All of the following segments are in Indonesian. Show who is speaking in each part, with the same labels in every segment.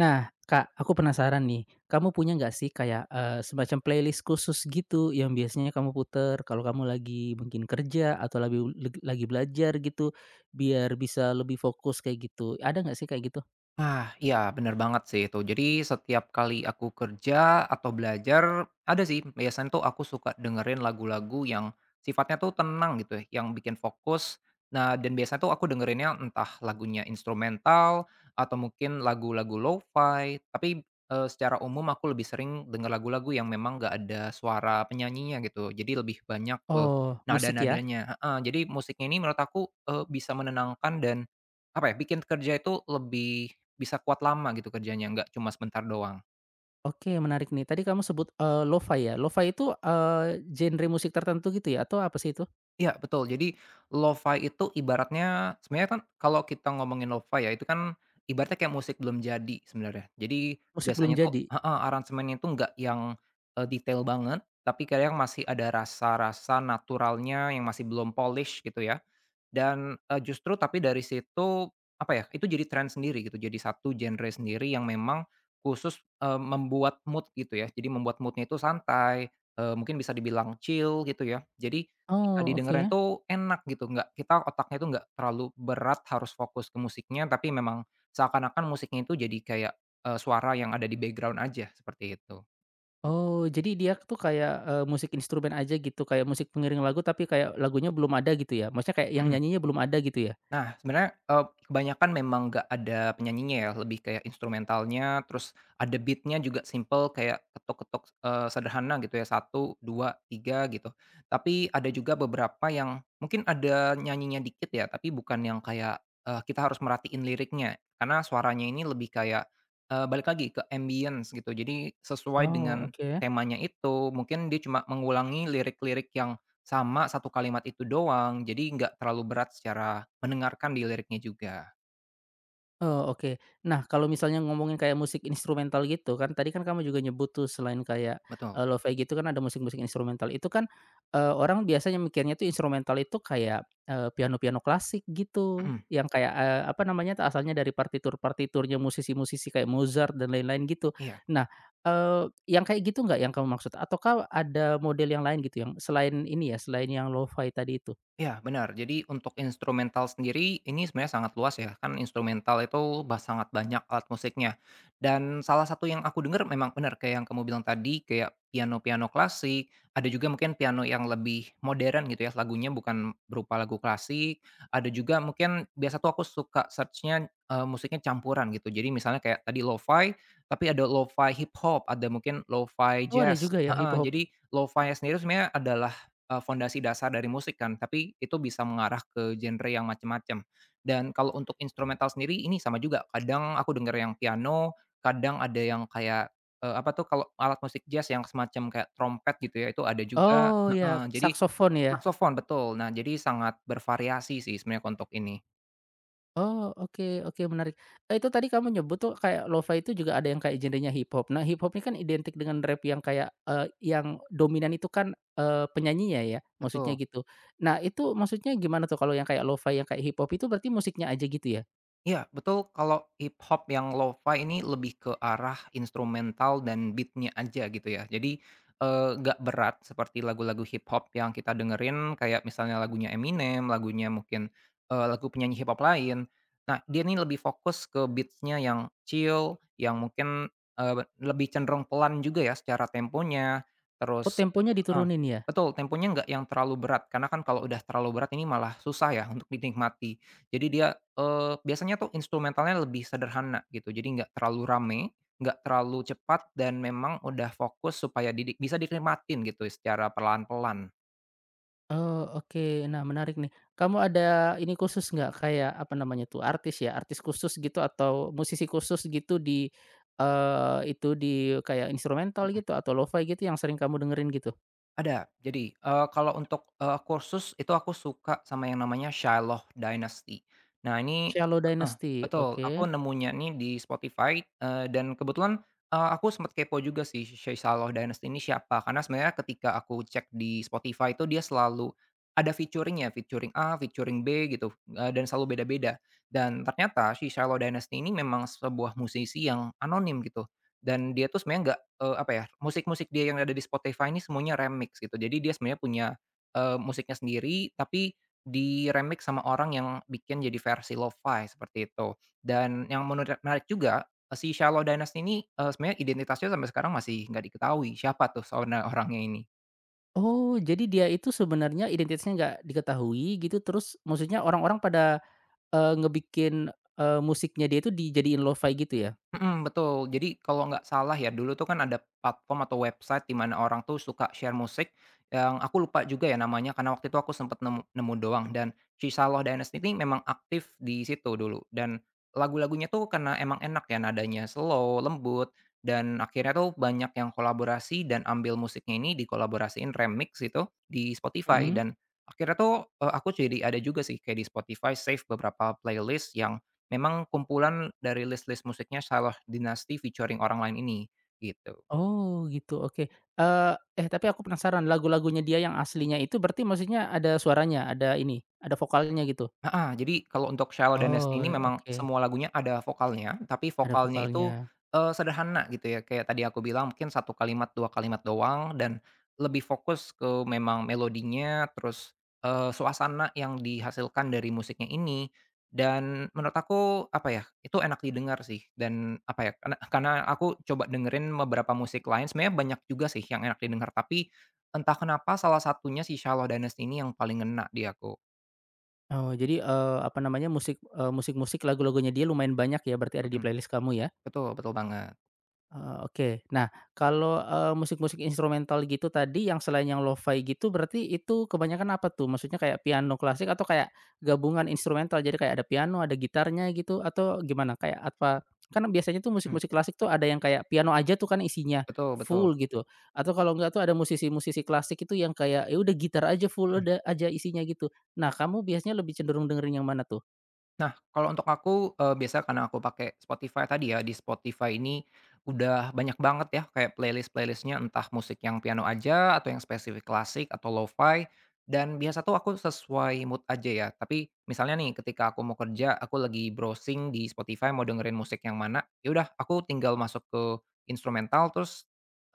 Speaker 1: Nah, Kak, aku penasaran nih, kamu punya nggak sih kayak, semacam playlist khusus gitu yang biasanya kamu puter kalau kamu lagi mungkin kerja atau lagi belajar gitu, biar bisa lebih fokus kayak gitu, ada nggak sih kayak gitu?
Speaker 2: Ah, iya bener banget sih itu. Jadi setiap kali aku kerja atau belajar, ada sih biasanya tuh aku suka dengerin lagu-lagu yang sifatnya tuh tenang gitu ya, yang bikin fokus. Nah, dan biasanya tuh aku dengerinnya entah lagunya instrumental atau mungkin lagu-lagu lo-fi, secara umum aku lebih sering denger lagu-lagu yang memang nggak ada suara penyanyinya gitu. Jadi lebih banyak ke
Speaker 1: Oh, musik ya?
Speaker 2: nada-nadanya, heeh, jadi musiknya ini menurut aku, bisa menenangkan dan apa ya, bikin kerja itu lebih bisa kuat lama gitu kerjanya, nggak cuma sebentar doang.
Speaker 1: Oke, menarik nih. Tadi kamu sebut, lo-fi ya? Lo-fi itu, genre musik tertentu gitu ya? Atau apa sih itu?
Speaker 2: Iya, betul. Jadi lo-fi itu ibaratnya sebenarnya kan kalau kita ngomongin lo-fi ya, itu kan ibaratnya kayak musik belum jadi sebenarnya. Jadi
Speaker 1: Musik belum
Speaker 2: biasanya tuh,
Speaker 1: jadi?
Speaker 2: heeh, aransemennya itu nggak yang detail banget, tapi kadang masih ada rasa-rasa naturalnya yang masih belum polish gitu ya. Dan justru tapi dari situ, apa ya, itu jadi tren sendiri gitu, jadi satu genre sendiri yang memang khusus membuat mood gitu ya. Jadi membuat moodnya itu santai, mungkin bisa dibilang chill gitu ya. Jadi ketika
Speaker 1: Oh,
Speaker 2: didengarnya
Speaker 1: oke.
Speaker 2: tuh enak gitu, nggak kita otaknya itu nggak terlalu berat harus fokus ke musiknya, tapi memang seakan-akan musiknya itu jadi kayak suara yang ada di background aja, seperti itu.
Speaker 1: Oh, jadi dia tuh kayak, musik instrumen aja gitu, kayak musik pengiring lagu tapi kayak lagunya belum ada gitu ya? Maksudnya kayak yang
Speaker 2: Mhm.
Speaker 1: nyanyinya belum ada gitu ya?
Speaker 2: Nah, sebenarnya, kebanyakan memang nggak ada penyanyinya ya, lebih kayak instrumentalnya, terus ada beatnya juga simple kayak ketok-ketok sederhana gitu ya, satu 2 3 gitu. Tapi ada juga beberapa yang mungkin ada nyanyinya dikit ya, tapi bukan yang kayak kita harus merhatiin liriknya, karena suaranya ini lebih kayak balik lagi ke ambience gitu. Jadi sesuai
Speaker 1: Oh,
Speaker 2: dengan
Speaker 1: oke.
Speaker 2: temanya itu, mungkin dia cuma mengulangi lirik-lirik yang sama satu kalimat itu doang, jadi nggak terlalu berat secara mendengarkan di liriknya juga.
Speaker 1: Oh, oke. Nah, kalau misalnya ngomongin kayak musik instrumental gitu kan, tadi kan kamu juga nyebut tuh selain kayak,
Speaker 2: Betul,
Speaker 1: lo-fi gitu kan ada musik-musik instrumental. Itu kan, orang biasanya mikirnya tuh instrumental itu kayak, piano-piano klasik gitu,
Speaker 2: mhm,
Speaker 1: yang kayak, apa namanya, tuh asalnya dari partitur-partiturnya musisi-musisi kayak Mozart dan lain-lain gitu.
Speaker 2: iya.
Speaker 1: Nah, yang kayak gitu nggak yang kamu maksud? Ataukah ada model yang lain gitu yang selain ini ya, selain yang lo-fi tadi itu?
Speaker 2: Ya benar. Jadi untuk instrumental sendiri ini sebenarnya sangat luas ya, kan instrumental itu bah sangat banyak alat musiknya. Dan salah satu yang aku dengar memang benar kayak yang kamu bilang tadi, kayak piano-piano klasik, ada juga mungkin piano yang lebih modern gitu ya, lagunya bukan berupa lagu klasik, ada juga mungkin biasa tuh aku suka searchnya musiknya campuran gitu. Jadi misalnya kayak tadi lo-fi, tapi ada lo-fi hip hop, ada mungkin lo-fi
Speaker 1: Oh, ada
Speaker 2: jazz,
Speaker 1: juga ya hip
Speaker 2: heeh,
Speaker 1: hop.
Speaker 2: jadi lo fi sendiri sebenarnya adalah fondasi dasar dari musik kan, tapi itu bisa mengarah ke genre yang macam-macam. Dan kalau untuk instrumental sendiri ini sama juga, kadang aku denger yang piano, kadang ada yang kayak, apa tuh kalau alat musik jazz yang semacam kayak trompet gitu ya, itu ada juga,
Speaker 1: Oh, ya,
Speaker 2: heeh, jadi
Speaker 1: saksofon ya?
Speaker 2: saksofon betul. Nah, jadi sangat bervariasi sih sebenarnya untuk ini.
Speaker 1: Oh, oke oke, menarik. Itu tadi kamu nyebut tuh kayak lo-fi itu juga ada yang kayak genrenya hip hop. Nah, hip hop ini kan identik dengan rap yang kayak, yang dominan itu kan, penyanyinya ya, maksudnya
Speaker 2: Betul.
Speaker 1: gitu. Nah, itu maksudnya gimana tuh kalau yang kayak lo-fi, yang kayak hip hop itu berarti musiknya aja gitu ya?
Speaker 2: Iya, betul, kalau hip hop yang lo-fi ini lebih ke arah instrumental dan beatnya aja gitu ya. Jadi, nggak berat seperti lagu-lagu hip hop yang kita dengerin kayak misalnya lagunya Eminem, lagunya mungkin, lagu penyanyi hip hop lain. Nah, dia ini lebih fokus ke beatsnya yang chill, yang mungkin lebih cenderung pelan juga ya secara temponya,
Speaker 1: Oh,
Speaker 2: terus
Speaker 1: temponya
Speaker 2: heeh,
Speaker 1: diturunin ya?
Speaker 2: betul, temponya nggak yang terlalu berat, karena kan kalau udah terlalu berat ini malah susah ya untuk dinikmati. Jadi dia biasanya tuh instrumentalnya lebih sederhana gitu, jadi nggak terlalu rame, nggak terlalu cepat, dan memang udah fokus supaya didik bisa dinikmatin gitu secara pelan-pelan.
Speaker 1: Oh, oke. Nah, menarik nih. Kamu ada ini khusus nggak kayak, apa namanya tuh, artis ya, artis khusus gitu atau musisi khusus gitu di, itu di kayak instrumental gitu atau lo-fi gitu yang sering kamu dengerin gitu?
Speaker 2: Ada. Jadi, kalau untuk kursus itu aku suka sama yang namanya Shiloh Dynasty. Nah ini
Speaker 1: Shallow
Speaker 2: heeh,
Speaker 1: Dynasty,
Speaker 2: betul. Aku
Speaker 1: oke.
Speaker 2: nemunya nih di Spotify, dan kebetulan, aku sempat kepo juga sih Shiloh Dynasty ini siapa, karena sebenarnya ketika aku cek di Spotify itu dia selalu ada featuringnya, featuring A, featuring B gitu, dan selalu beda-beda. Dan ternyata si Shiloh Dynasty ini memang sebuah musisi yang anonim gitu. Dan dia tuh sebenarnya nggak, apa ya, musik-musik dia yang ada di Spotify ini semuanya remix gitu. Jadi dia sebenarnya punya musiknya sendiri, tapi di-remix sama orang yang bikin jadi versi lo-fi seperti itu. Dan yang menurut menarik juga, si Shallow Dines ini, sebenarnya identitasnya sampai sekarang masih nggak diketahui siapa tuh sebenarnya orangnya ini.
Speaker 1: Oh, jadi dia itu sebenarnya identitasnya nggak diketahui gitu, terus maksudnya orang-orang pada, ngebikin, musiknya dia itu dijadiin lo-fi gitu ya?
Speaker 2: Mhm, betul. Jadi kalau nggak salah ya, dulu tuh kan ada platform atau website di mana orang tuh suka share musik, yang aku lupa juga ya namanya karena waktu itu aku sempat nemu nemu doang dan Shisalloh Dynasty ini memang aktif di situ dulu dan lagu-lagunya tuh karena emang enak ya nadanya slow, lembut, dan akhirnya tuh banyak yang kolaborasi dan ambil musiknya ini dikolaborasiin remix itu di Spotify
Speaker 1: Mhm.
Speaker 2: dan akhirnya tuh, aku jadi ada juga sih kayak di Spotify save beberapa playlist yang memang kumpulan dari list-list musiknya Shalloh Dynasty featuring orang lain ini, gitu.
Speaker 1: Oh, gitu, oke. Tapi aku penasaran lagu-lagunya dia yang aslinya itu berarti maksudnya ada suaranya, ada ini, ada vokalnya gitu?
Speaker 2: Heeh, jadi kalau untuk Sheila dan Nesli
Speaker 1: Oh,
Speaker 2: ini memang
Speaker 1: oke,
Speaker 2: semua lagunya ada vokalnya, tapi
Speaker 1: ada
Speaker 2: vokalnya itu,
Speaker 1: vokalnya.
Speaker 2: eee, sederhana gitu ya, kayak tadi aku bilang mungkin satu kalimat, 2 kalimat doang dan lebih fokus ke memang melodinya, terus suasana yang dihasilkan dari musiknya ini dan menurut aku, apa ya, itu enak didengar sih dan, apa ya, karena aku coba dengerin beberapa musik lain, sebenarnya banyak juga sih yang enak didengar, tapi entah kenapa salah satunya si Sheila dan Nesli ini yang paling ngena di aku.
Speaker 1: Oh, jadi, apa namanya, musik, musik-musik lagu-lagunya dia lumayan banyak ya berarti ada
Speaker 2: Mhm.
Speaker 1: di playlist kamu ya?
Speaker 2: Betul, betul banget.
Speaker 1: Oke. Nah, kalau, musik-musik instrumental gitu tadi yang selain yang lo-fi gitu berarti itu kebanyakan apa tuh? Maksudnya kayak piano klasik atau kayak gabungan instrumental? Jadi kayak ada piano, ada gitarnya gitu atau gimana? Kayak apa kan biasanya tuh
Speaker 2: Mhm.
Speaker 1: musik-musik klasik tuh ada yang kayak piano aja tuh kan isinya
Speaker 2: Betul, betul.
Speaker 1: full gitu, atau kalau enggak tuh ada musisi-musisi klasik itu yang kayak, ya udah gitar aja full
Speaker 2: Mhm.
Speaker 1: udah aja isinya gitu. Nah, kamu biasanya lebih cenderung dengerin yang mana tuh?
Speaker 2: Nah, kalau untuk aku, biasa karena aku pakai Spotify tadi ya, di Spotify ini udah banyak banget ya kayak playlistnya entah musik yang piano aja atau yang spesifik klasik atau lo-fi, dan biasa tuh aku sesuai mood aja ya. Tapi misalnya nih ketika aku mau kerja, aku lagi browsing di Spotify mau dengerin musik yang mana, ya udah aku tinggal masuk ke instrumental terus,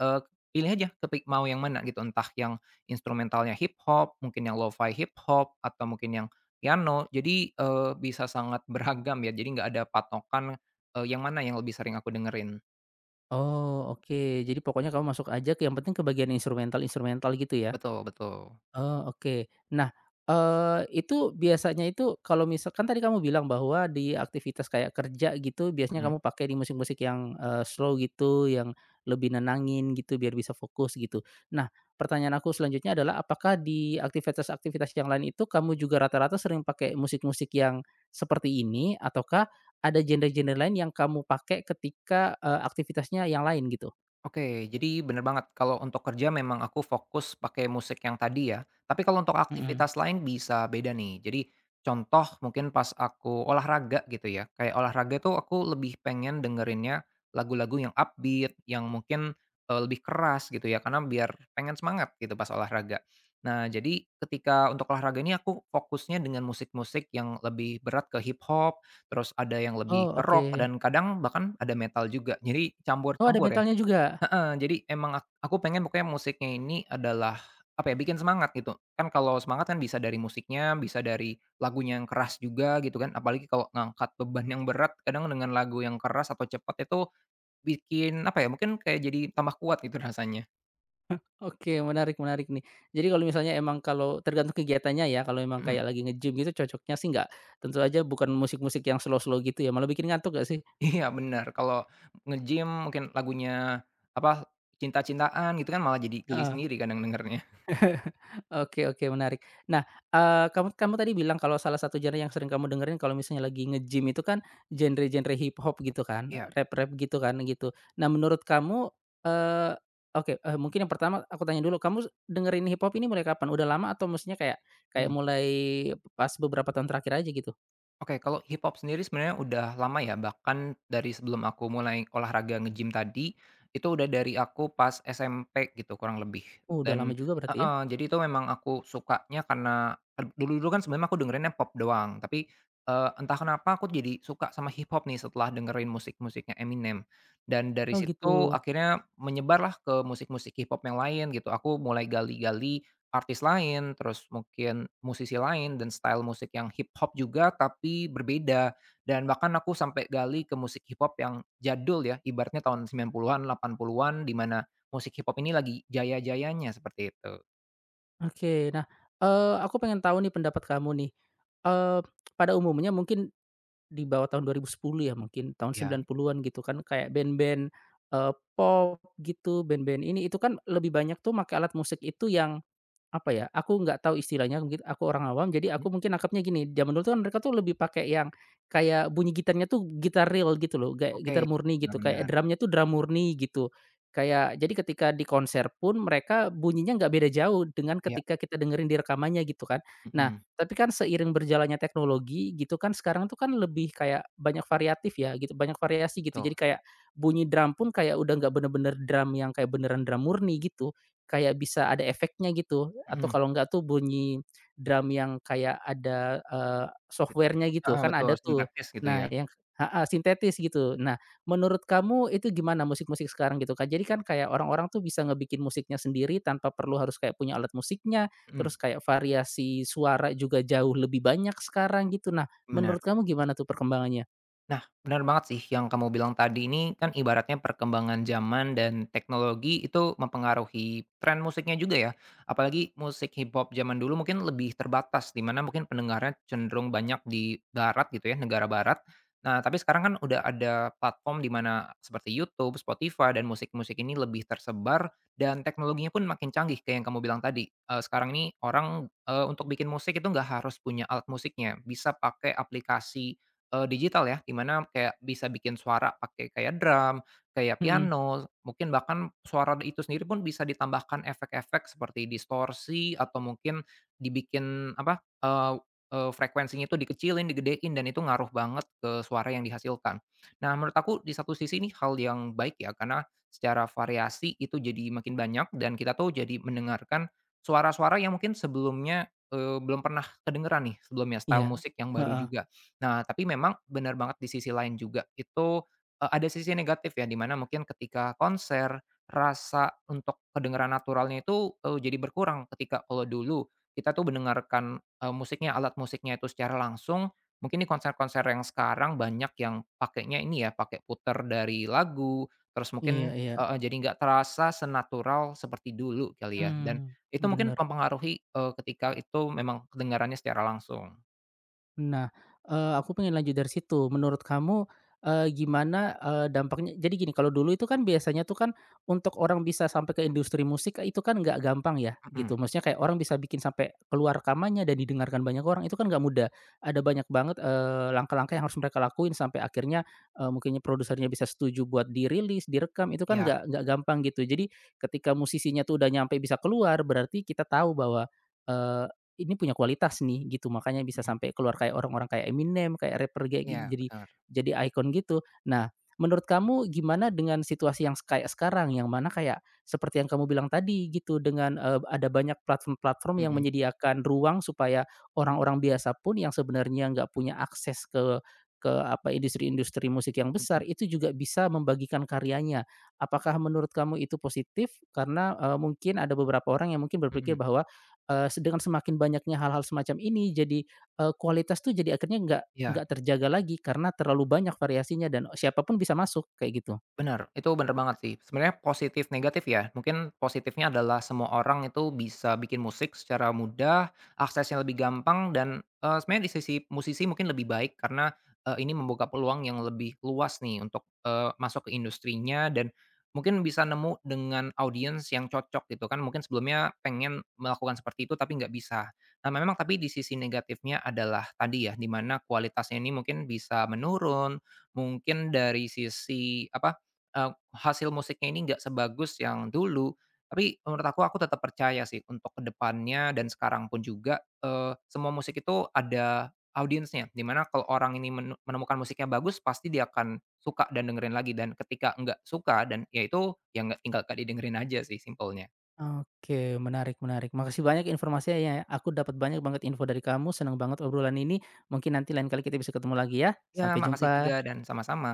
Speaker 2: eee, pilih aja kepi mau yang mana gitu, entah yang instrumentalnya hip hop, mungkin yang lo-fi hip hop, atau mungkin yang piano. Jadi, bisa sangat beragam ya, jadi nggak ada patokan yang mana yang lebih sering aku dengerin.
Speaker 1: Oh, oke. Jadi pokoknya kamu masuk aja ke yang penting ke bagian instrumental-instrumental gitu ya?
Speaker 2: Betul, betul.
Speaker 1: Oh, oke. Nah, itu biasanya itu kalau misalkan tadi kamu bilang bahwa di aktivitas kayak kerja gitu biasanya
Speaker 2: Mhm.
Speaker 1: kamu pakai di musik-musik yang, slow gitu, yang lebih nenangin gitu biar bisa fokus gitu. Nah, pertanyaan aku selanjutnya adalah apakah di aktivitas-aktivitas yang lain itu kamu juga rata-rata sering pakai musik-musik yang seperti ini ataukah ada genre-genre lain yang kamu pakai ketika, aktivitasnya yang lain gitu?
Speaker 2: Oke, jadi bener banget kalau untuk kerja memang aku fokus pakai musik yang tadi ya, tapi kalau untuk
Speaker 1: Mhm.
Speaker 2: aktivitas lain bisa beda nih. Jadi contoh mungkin pas aku olahraga gitu ya, kayak olahraga tuh aku lebih pengen dengerinnya lagu-lagu yang upbeat, yang mungkin lebih keras gitu ya, karena biar pengen semangat gitu pas olahraga. Nah, jadi ketika untuk olahraga ini aku fokusnya dengan musik-musik yang lebih berat ke hip hop, terus ada yang lebih
Speaker 1: Oh,
Speaker 2: ke
Speaker 1: oke.
Speaker 2: rock dan kadang bahkan ada metal juga, jadi
Speaker 1: Oh, ada
Speaker 2: campur-campur ya.
Speaker 1: metalnya juga?
Speaker 2: Heeh, jadi emang aku pengen pokoknya musiknya ini adalah, apa ya, bikin semangat gitu. Kan kalau semangat kan bisa dari musiknya, bisa dari lagunya yang keras juga gitu kan, apalagi kalau ngangkat beban yang berat kadang dengan lagu yang keras atau cepat itu bikin, apa ya, mungkin kayak jadi tambah kuat gitu rasanya.
Speaker 1: Oke, menarik menarik nih. Jadi kalau misalnya emang kalau tergantung kegiatannya ya, kalau emang
Speaker 2: Mhm.
Speaker 1: kayak lagi nge-gym gitu cocoknya sih nggak tentu aja bukan musik-musik yang slow-slow gitu ya, malah bikin ngantuk nggak sih?
Speaker 2: Iya benar, kalau nge-gym mungkin lagunya, apa, cinta-cintaan gitu kan malah jadi geli
Speaker 1: Heeh.
Speaker 2: sendiri kadang dengernya.
Speaker 1: Oke oke menarik. Nah, kamu kamu tadi bilang kalau salah satu genre yang sering kamu dengerin kalau misalnya lagi nge-gym itu kan genre-genre hip hop gitu kan,
Speaker 2: Iya.
Speaker 1: rap-rap gitu kan, gitu. Nah menurut kamu, eee, oke, mungkin yang pertama aku tanya dulu, kamu s dengerin hip hop ini mulai kapan? Udah lama atau maksudnya kayak kayak
Speaker 2: Hmm.
Speaker 1: mulai pas beberapa tahun terakhir aja gitu?
Speaker 2: Oke, kalau hip hop sendiri sebenarnya udah lama ya, bahkan dari sebelum aku mulai olahraga nge-gym tadi, itu udah dari aku pas SMP gitu kurang lebih.
Speaker 1: Oh, udah lama
Speaker 2: Dan
Speaker 1: juga berarti ya?
Speaker 2: heeh, jadi itu memang aku sukanya karena dulu-dulu kan sebenarnya aku dengerinnya pop doang, tapi, entah kenapa aku jadi suka sama hip hop nih setelah dengerin musik-musiknya Eminem. Dan dari
Speaker 1: Oh,
Speaker 2: situ
Speaker 1: gitu.
Speaker 2: akhirnya menyebarlah ke musik-musik hip hop yang lain gitu, aku mulai gali-gali artis lain, terus mungkin musisi lain dan style musik yang hip hop juga tapi berbeda, dan bahkan aku sampai gali ke musik hip hop yang jadul ya, ibaratnya tahun 90-an, 80-an, di mana musik hip hop ini lagi jaya-jayanya seperti itu.
Speaker 1: Oke. Nah, aku pengen tahu nih pendapat kamu nih, eee, pada umumnya mungkin di bawah tahun 2010 ya mungkin, tahun
Speaker 2: Ya.
Speaker 1: 90-an gitu kan kayak band-band, eee, pop gitu, band-band ini itu kan lebih banyak tuh make alat musik itu yang apa ya, aku nggak tahu istilahnya mungkin aku orang awam jadi aku
Speaker 2: Mhm,
Speaker 1: mungkin nangkepnya gini, zaman dulu tuh kan mereka tuh lebih pakai yang kayak bunyi gitarnya tuh gitar real gitu loh, kayak
Speaker 2: oke,
Speaker 1: gitar murni
Speaker 2: benar,
Speaker 1: gitu, kayak
Speaker 2: benar,
Speaker 1: drumnya tuh drum murni gitu. Kayak jadi ketika di konser pun mereka bunyinya nggak beda jauh dengan
Speaker 2: iya,
Speaker 1: ketika kita dengerin di rekamannya gitu kan. Nah,
Speaker 2: mhm,
Speaker 1: tapi kan seiring berjalannya teknologi gitu kan sekarang tuh kan lebih kayak banyak variatif ya gitu, banyak variasi gitu.
Speaker 2: betul,
Speaker 1: Jadi kayak bunyi drum pun kayak udah nggak bener-bener drum yang kayak beneran drum murni gitu. Kayak bisa ada efeknya gitu, atau
Speaker 2: mhm,
Speaker 1: kalau enggak tuh bunyi drum yang kayak ada,
Speaker 2: sit
Speaker 1: software-nya gitu,
Speaker 2: heeh,
Speaker 1: kan
Speaker 2: betul,
Speaker 1: ada tuh.
Speaker 2: sintaktis gitu
Speaker 1: Nah
Speaker 2: ya,
Speaker 1: yang heeh, sintetis gitu. Nah, menurut kamu itu gimana musik-musik sekarang gitu, Kak? Jadi kan kayak orang-orang tuh bisa ngebikin musiknya sendiri tanpa perlu harus kayak punya alat musiknya,
Speaker 2: mhm,
Speaker 1: terus kayak variasi suara juga jauh lebih banyak sekarang gitu. Nah,
Speaker 2: benar.
Speaker 1: menurut kamu gimana tuh perkembangannya?
Speaker 2: Nah, benar banget sih yang kamu bilang tadi, ini kan ibaratnya perkembangan zaman dan teknologi itu mempengaruhi tren musiknya juga ya. Apalagi musik hip hop zaman dulu mungkin lebih terbatas, di mana mungkin pendengarnya cenderung banyak di barat gitu ya, negara barat. Nah, tapi sekarang kan udah ada platform di mana seperti YouTube, Spotify dan musik-musik ini lebih tersebar dan teknologinya pun makin canggih kayak yang kamu bilang tadi. Eh, sekarang ini orang eh, untuk bikin musik itu nggak harus punya alat musiknya, bisa pakai aplikasi digital ya, dimana kayak bisa bikin suara pakai kayak drum, kayak
Speaker 1: Mhm,
Speaker 2: piano, mungkin bahkan suara itu sendiri pun bisa ditambahkan efek-efek seperti distorsi atau mungkin dibikin apa, eee eee, frekuensinya itu dikecilin, digedein dan itu ngaruh banget ke suara yang dihasilkan. Nah, menurut aku di satu sisi ini hal yang baik ya, karena secara variasi itu jadi makin banyak dan kita tuh jadi mendengarkan suara-suara yang mungkin sebelumnya, belum pernah kedengeran nih sebelumnya, style
Speaker 1: iya,
Speaker 2: musik yang baru
Speaker 1: heeh,
Speaker 2: juga. Nah, tapi memang benar banget di sisi lain juga itu, ada sisi negatif ya, dimana mungkin ketika konser, rasa untuk kedengaran naturalnya itu, jadi berkurang ketika kalau dulu kita tuh mendengarkan, musiknya, alat musiknya itu secara langsung, mungkin di konser-konser yang sekarang banyak yang pakainya ini ya, pakai puter dari lagu, terus
Speaker 1: iya
Speaker 2: mungkin
Speaker 1: iya,
Speaker 2: heeh, jadi nggak terasa senatural seperti dulu kali ya, dan
Speaker 1: mmm,
Speaker 2: itu mungkin
Speaker 1: bener.
Speaker 2: mempengaruhi, ketika itu memang kedengarannya secara langsung.
Speaker 1: Nah, aku pengen lanjut dari situ. Menurut kamu, gimana, dampaknya jadi gini, kalau dulu itu kan biasanya tuh kan untuk orang bisa sampai ke industri musik eh, itu kan nggak gampang ya,
Speaker 2: Mhm,
Speaker 1: gitu. Maksudnya kayak orang bisa bikin sampai keluar rekamannya dan didengarkan banyak orang, itu kan nggak mudah. Ada banyak banget, langkah-langkah yang harus mereka lakuin sampai akhirnya, mungkinnya produsernya bisa setuju buat dirilis, direkam, itu kan
Speaker 2: iya,
Speaker 1: nggak gampang gitu. Jadi ketika musisinya tuh udah nyampe bisa keluar, berarti kita tahu bahwa, eh, ini punya kualitas nih gitu, makanya bisa
Speaker 2: mhm.
Speaker 1: sampai keluar kayak orang-orang kayak Eminem, kayak rapper kayak gi
Speaker 2: Iya benar,
Speaker 1: jadi ikon gitu. Nah, menurut kamu gimana dengan situasi yang kayak sekarang, yang mana kayak seperti yang kamu bilang tadi gitu, dengan, ada banyak platform-platform yang
Speaker 2: mhm,
Speaker 1: menyediakan ruang supaya orang-orang biasa pun yang sebenarnya nggak punya akses ke industri-industri musik yang
Speaker 2: mhm,
Speaker 1: besar, itu juga bisa membagikan karyanya. Apakah menurut kamu itu positif? Karena, mungkin ada beberapa orang yang mungkin berpikir
Speaker 2: mhm,
Speaker 1: bahwa, Eee, se dengan semakin banyaknya hal-hal semacam ini jadi, kualitas tuh jadi akhirnya nggak
Speaker 2: iya.
Speaker 1: terjaga lagi karena terlalu banyak variasinya dan siapapun bisa masuk, kayak gitu.
Speaker 2: Benar itu benar banget sih. Sebenarnya positif negatif ya, mungkin positifnya adalah semua orang itu bisa bikin musik secara mudah, aksesnya lebih gampang dan, sebenarnya di sisi musisi mungkin lebih baik karena ini membuka peluang yang lebih luas nih untuk masuk ke industrinya dan mungkin bisa nemu dengan audiens yang cocok gitu kan, mungkin sebelumnya pengen melakukan seperti itu tapi nggak bisa. Nah memang tapi di sisi negatifnya adalah tadi ya, di mana kualitasnya ini mungkin bisa menurun, mungkin dari sisi apa, hasil musiknya ini nggak sebagus yang dulu, tapi menurut aku tetap percaya sih untuk kedepannya dan sekarang pun juga, semua musik itu ada audiensnya. Dimana kalau orang ini menemukan musiknya bagus, pasti dia akan suka dan dengerin lagi, dan ketika nggak suka dan ya itu, ya nggak tinggal nggak didengerin aja sih simpelnya.
Speaker 1: Oke, menarik menarik. Makasih banyak informasinya ya, aku dapat banyak banget info dari kamu, senang banget obrolan ini. Mungkin nanti lain kali kita bisa ketemu lagi ya,
Speaker 2: Ya
Speaker 1: sampai
Speaker 2: makasih juga
Speaker 1: jumpa.
Speaker 2: dan sama-sama.